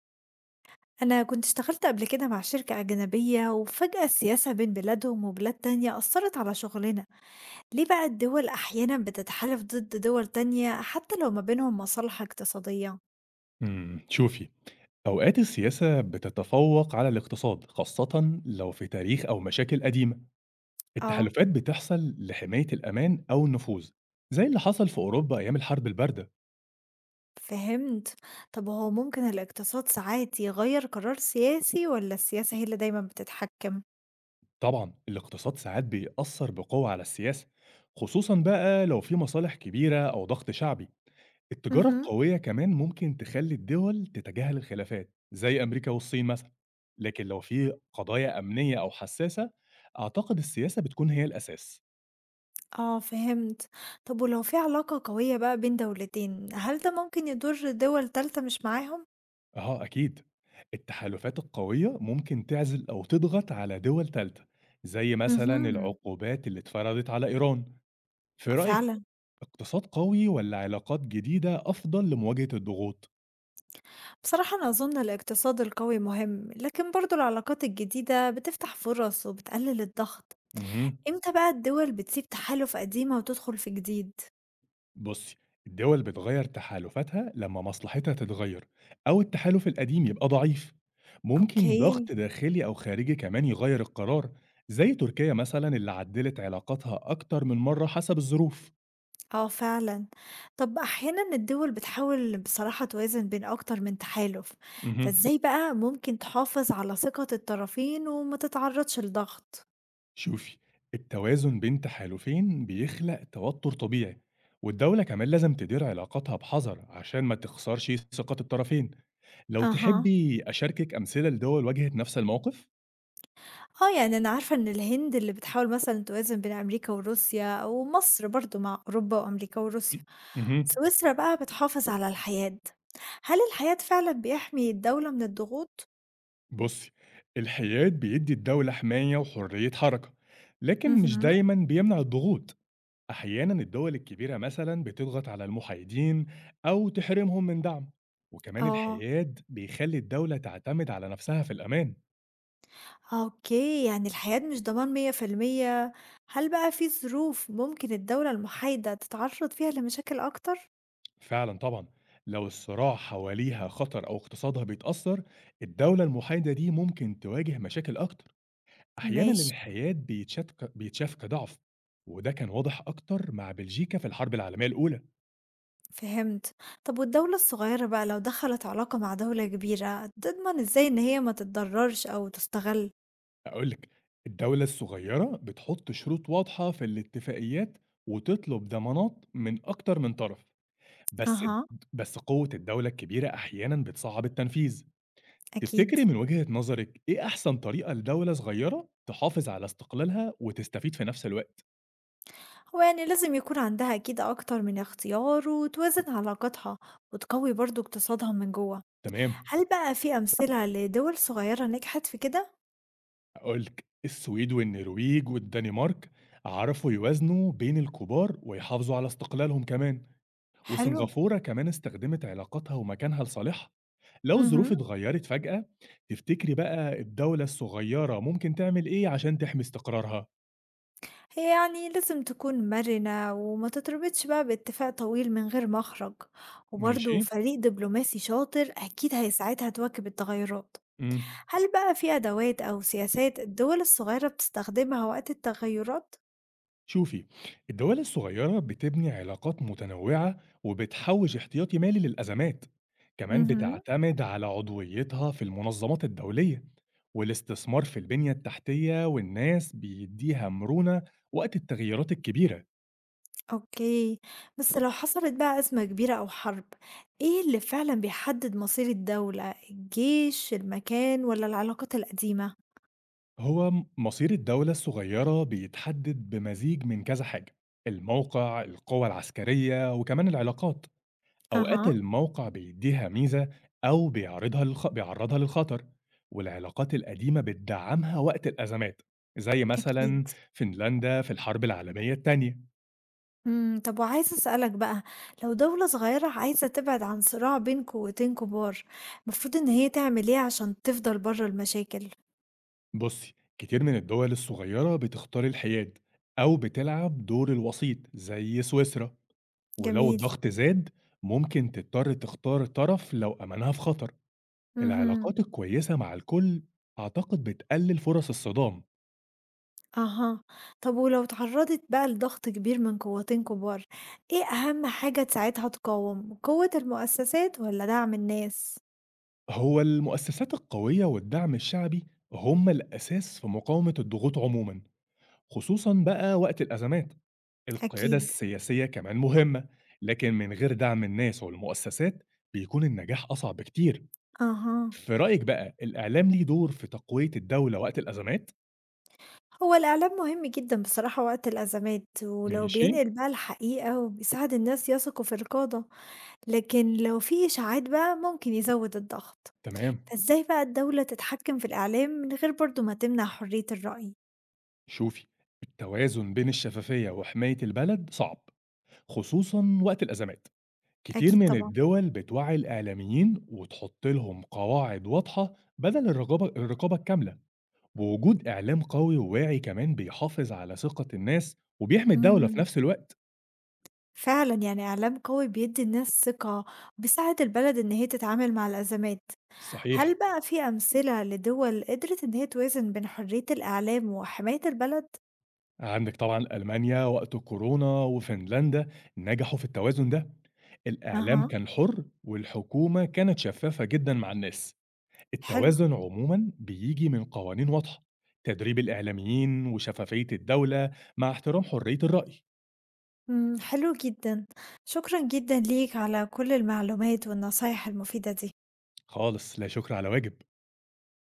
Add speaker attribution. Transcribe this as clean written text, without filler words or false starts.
Speaker 1: أنا كنت اشتغلت قبل كده مع شركة أجنبية، وفجأة السياسة بين بلادهم وبلاد تانية أثرت على شغلنا. ليه بقى الدول أحيانا بتتحالف ضد دول تانية حتى لو ما بينهم مصالح اقتصادية؟
Speaker 2: شوفي، أوقات السياسة بتتفوّق على الاقتصاد، خاصةً لو في تاريخ أو مشاكل قديمة.
Speaker 1: آه،
Speaker 2: التحالفات بتحصل لحماية الأمان أو النفوذ، زي اللي حصل في أوروبا أيام الحرب الباردة.
Speaker 1: فهمت. طب هو ممكن الاقتصاد ساعات يغير قرار سياسي ولا السياسة هي اللي دايما بتتحكم؟
Speaker 2: طبعًا الاقتصاد ساعات بيأثّر بقوة على السياسة، خصوصًا بقى لو في مصالح كبيرة أو ضغط شعبي. التجارة
Speaker 1: مهم.
Speaker 2: القوية كمان ممكن تخلّي الدول تتجاهل الخلافات، زي أمريكا والصين مثلًا. لكن لو في قضايا أمنية أو حساسة، أعتقد السياسة بتكون هي الأساس.
Speaker 1: آه، فهمت. طب ولو في علاقة قوية بقى بين دولتين، هل ده ممكن يضر دول تالتة مش معاهم؟
Speaker 2: آه، أكيد. التحالفات القوية ممكن تعزل أو تضغط على دول تالتة، زي مثلا
Speaker 1: مهم.
Speaker 2: العقوبات اللي اتفرضت على إيران. في رأيك،
Speaker 1: فعلا.
Speaker 2: اقتصاد قوي ولا علاقات جديدة أفضل لمواجهة الضغوط؟
Speaker 1: بصراحة أنا أظن الاقتصاد القوي مهم، لكن برضو العلاقات الجديدة بتفتح فرص وبتقلل الضغط.
Speaker 2: مهم.
Speaker 1: إمتى بقى الدول بتسيب تحالف قديمة وتدخل في جديد؟
Speaker 2: بصي، الدول بتغير تحالفاتها لما مصلحتها تتغير أو التحالف القديم يبقى ضعيف. ممكن ضغط
Speaker 1: أوكي.
Speaker 2: داخلي أو خارجي كمان يغير القرار، زي تركيا مثلا اللي عدلت علاقاتها أكتر من مرة حسب الظروف.
Speaker 1: اه، فعلا. طب أحيانا الدول بتحاول بصراحة توازن بين أكتر من تحالف،
Speaker 2: مهم.
Speaker 1: فإزاي بقى ممكن تحافظ على ثقة الطرفين وما تتعرضش لضغط؟
Speaker 2: شوفي، التوازن بين تحالفين بيخلق توتر طبيعي، والدولة كمان لازم تدير علاقاتها بحذر عشان ما تخسرش ثقة الطرفين. لو
Speaker 1: أها.
Speaker 2: تحبي أشاركك أمثلة لدول واجهت نفس الموقف.
Speaker 1: اه، يعني أنا عارفة إن الهند اللي بتحاول مثلا توازن بين أمريكا وروسيا، ومصر برضو مع أوروبا وأمريكا وروسيا.
Speaker 2: م- مهم.
Speaker 1: سويسرا بقى بتحافظ على الحياد، هل الحياد فعلًا بيحمي الدولة من الضغوط؟
Speaker 2: بصي، الحياد بيدي الدولة حماية وحرية حركة، لكن مش
Speaker 1: اهم.
Speaker 2: دايما بيمنع الضغوط. أحيانا الدول الكبيرة مثلا بتضغط على المحايدين أو تحرمهم من دعم، وكمان
Speaker 1: آه،
Speaker 2: الحياد بيخلي الدولة تعتمد على نفسها في الأمان.
Speaker 1: أوكي، يعني الحياد مش ضمان 100%، هل بقى في ظروف ممكن الدولة المحايدة تتعرض فيها لمشاكل أكتر؟
Speaker 2: فعلًا طبعًا، لو الصراع حواليها خطر أو اقتصادها بيتأثّر، الدولة المحايدة دي ممكن تواجه مشاكل أكتر. أحيانًا
Speaker 1: ماشي.
Speaker 2: الانحياد بيتشات ك بيتشاف كضعف، وده كان واضح أكتر مع بلجيكا في الحرب العالمية الأولى.
Speaker 1: فهمت. طب والدولة الصغيرة بقى لو دخلت علاقة مع دولة كبيرة، تضمن إزاي إن هي ما تتضررش أو تستغل؟
Speaker 2: هاقول لك، الدولة الصغيرة بتحط شروط واضحة في الاتفاقيات وتطلب ضمانات من أكتر من طرف، بس د
Speaker 1: أها.
Speaker 2: بس قوة الدولة الكبيرة أحيانًا بتصعّب التنفيذ.
Speaker 1: أكيد.
Speaker 2: تفتكري من وجهة نظرِك إيه أحسن طريقة لدولة صغيرة تحافظ على استقلالها وتستفيد في نفس الوقت؟
Speaker 1: هو يعني لازم يكون عندها أكيد أكتر من اختيار وتوازن علاقاتها، وتقوي برضو اقتصادها من جوه.
Speaker 2: تمام،
Speaker 1: هل بقى في أمثلة لدول صغيرة نجحت في كده؟
Speaker 2: هاقول لِك، السويد والنرويج والدنمارك عرفوا يوازنوا بين الكبار ويحافظوا على استقلالهم كمان،
Speaker 1: حلو.
Speaker 2: وسنغافورة كمان استخدمت علاقاتها ومكانها لصالحها، لو
Speaker 1: مهم.
Speaker 2: الظروف اتغيرت فجأة. تفتكري بقى الدولة الصغيرة ممكن تعمل إيه عشان تحمي استقرارها؟
Speaker 1: هي يعني لازم تكون مرنة وما تتربطش بقى باتفاق طويل من غير مخرج،
Speaker 2: ماشي،
Speaker 1: وبرضو فريق دبلوماسي شاطر أكيد هيساعدها تواكب التغيرات.
Speaker 2: إمم.
Speaker 1: هل بقى في أدوات أو سياسات الدول الصغيرة بتستخدمها وقت التغيرات؟
Speaker 2: شوفي، الدول الصغيرة بتبني علاقات متنوعة وبتحوش احتياطي مالي للأزمات، كمان
Speaker 1: مهم.
Speaker 2: بتعتمد على عضويتها في المنظمات الدولية. والاستثمار في البنية التحتية والناس بيديها مرونة وقت التغيرات الكبيرة.
Speaker 1: أوكي، بس لو حصلت بقى أزمة كبيرة أو حرب، إيه اللي فعلًا بيحدد مصير الدولة، الجيش، المكان، والّا العلاقات القديمة؟
Speaker 2: هو مصير الدولة الصغيرة بيتحدد بمزيج من كذا حاجة، الموقع القوى العسكرية وكمان العلاقات. أوقات
Speaker 1: أها.
Speaker 2: الموقع بيديها ميزة أو بيعرضها للخطر، والعلاقات القديمة بتدعمها وقت الأزمات، زي
Speaker 1: أكيد.
Speaker 2: مثلا فنلندا في الحرب العالمية التانية.
Speaker 1: طب وعايزة أسألك بقى، لو دولة صغيرة عايزة تبعد عن صراع بين قوتين كبار، المفروض إن هي تعمل إيه عشان تفضل برّه المشاكل؟
Speaker 2: بصي، كتير من الدول الصغيرة بتختار الحياد أو بتلعب دور الوسيط زي سويسرا، ولو
Speaker 1: جميل.
Speaker 2: الضغط زاد ممكن تضطر تختار طرف لو أمنها في خطر.
Speaker 1: اهم.
Speaker 2: العلاقات الكويسة مع الكل أعتقد بتقلل فرص الصدام.
Speaker 1: أها، طب ولو اتعرضت بقى لضغط كبير من قوتين كبار، إيه أهم حاجة تساعدها تقاوم، قوة المؤسسات والّا دعم الناس؟
Speaker 2: هو المؤسسات القوية والدعم الشعبي هم الأساس في مقاومة الضغوط عموما، خصوصا بقى وقت الأزمات. القيادة
Speaker 1: أكيد.
Speaker 2: السياسية كمان مهمة، لكن من غير دعم الناس والمؤسسات بيكون النجاح أصعب بكتير.
Speaker 1: أها،
Speaker 2: في رأيك بقى، الإعلام ليه دور في تقوية الدولة وقت الأزمات؟
Speaker 1: هو الإعلام مهم جدا بصراحة وقت الأزمات، ولو
Speaker 2: ماشي.
Speaker 1: بينقل بقى الحقيقة وبيساعد الناس يثقوا في القادة، لكن لو في إشاعات بقى ممكن يزود الضغط،
Speaker 2: تمام.
Speaker 1: فإزاي بقى الدولة تتحكم في الإعلام من غير برضو ما تمنع حرية الرأي؟
Speaker 2: شوفي، التوازن بين الشفافية وحماية البلد صعب خصوصا وقت الأزمات. كتير
Speaker 1: أكيد
Speaker 2: من
Speaker 1: طبعا.
Speaker 2: الدول بتوعي الإعلاميين وتحط لهم قواعد واضحة بدل الرقابة الكاملة. ووجود إعلام قوي وواعي كمان بيحافظ على ثقة الناس وبيحمي الدولة في
Speaker 1: إمم.
Speaker 2: نفس الوقت.
Speaker 1: فعلًا، يعني إعلام قوي بيدّي الناس ثقة، بيساعد البلد إن هي تتعامل مع الأزمات.
Speaker 2: صحيح.
Speaker 1: هل بقى في أمثلة لدول قدرت إن هي توازن بين حرية الإعلام وحماية البلد؟
Speaker 2: عندك طبعا ألمانيا وقت كورونا وفنلندا، نجحوا في التوازن ده. الإعلام
Speaker 1: أها.
Speaker 2: كان حر والحكومة كانت شفافة جدا مع الناس.
Speaker 1: حلو.
Speaker 2: التوازن عموما بيجي من قوانين واضحة، تدريب الإعلاميين وشفافية الدولة، مع احترام حرية الرأي.
Speaker 1: حلو جدًا. شكرًا جدًا ليك على كل المعلومات والنصايح المفيدة دي.
Speaker 2: خالص، لا شكر على واجب.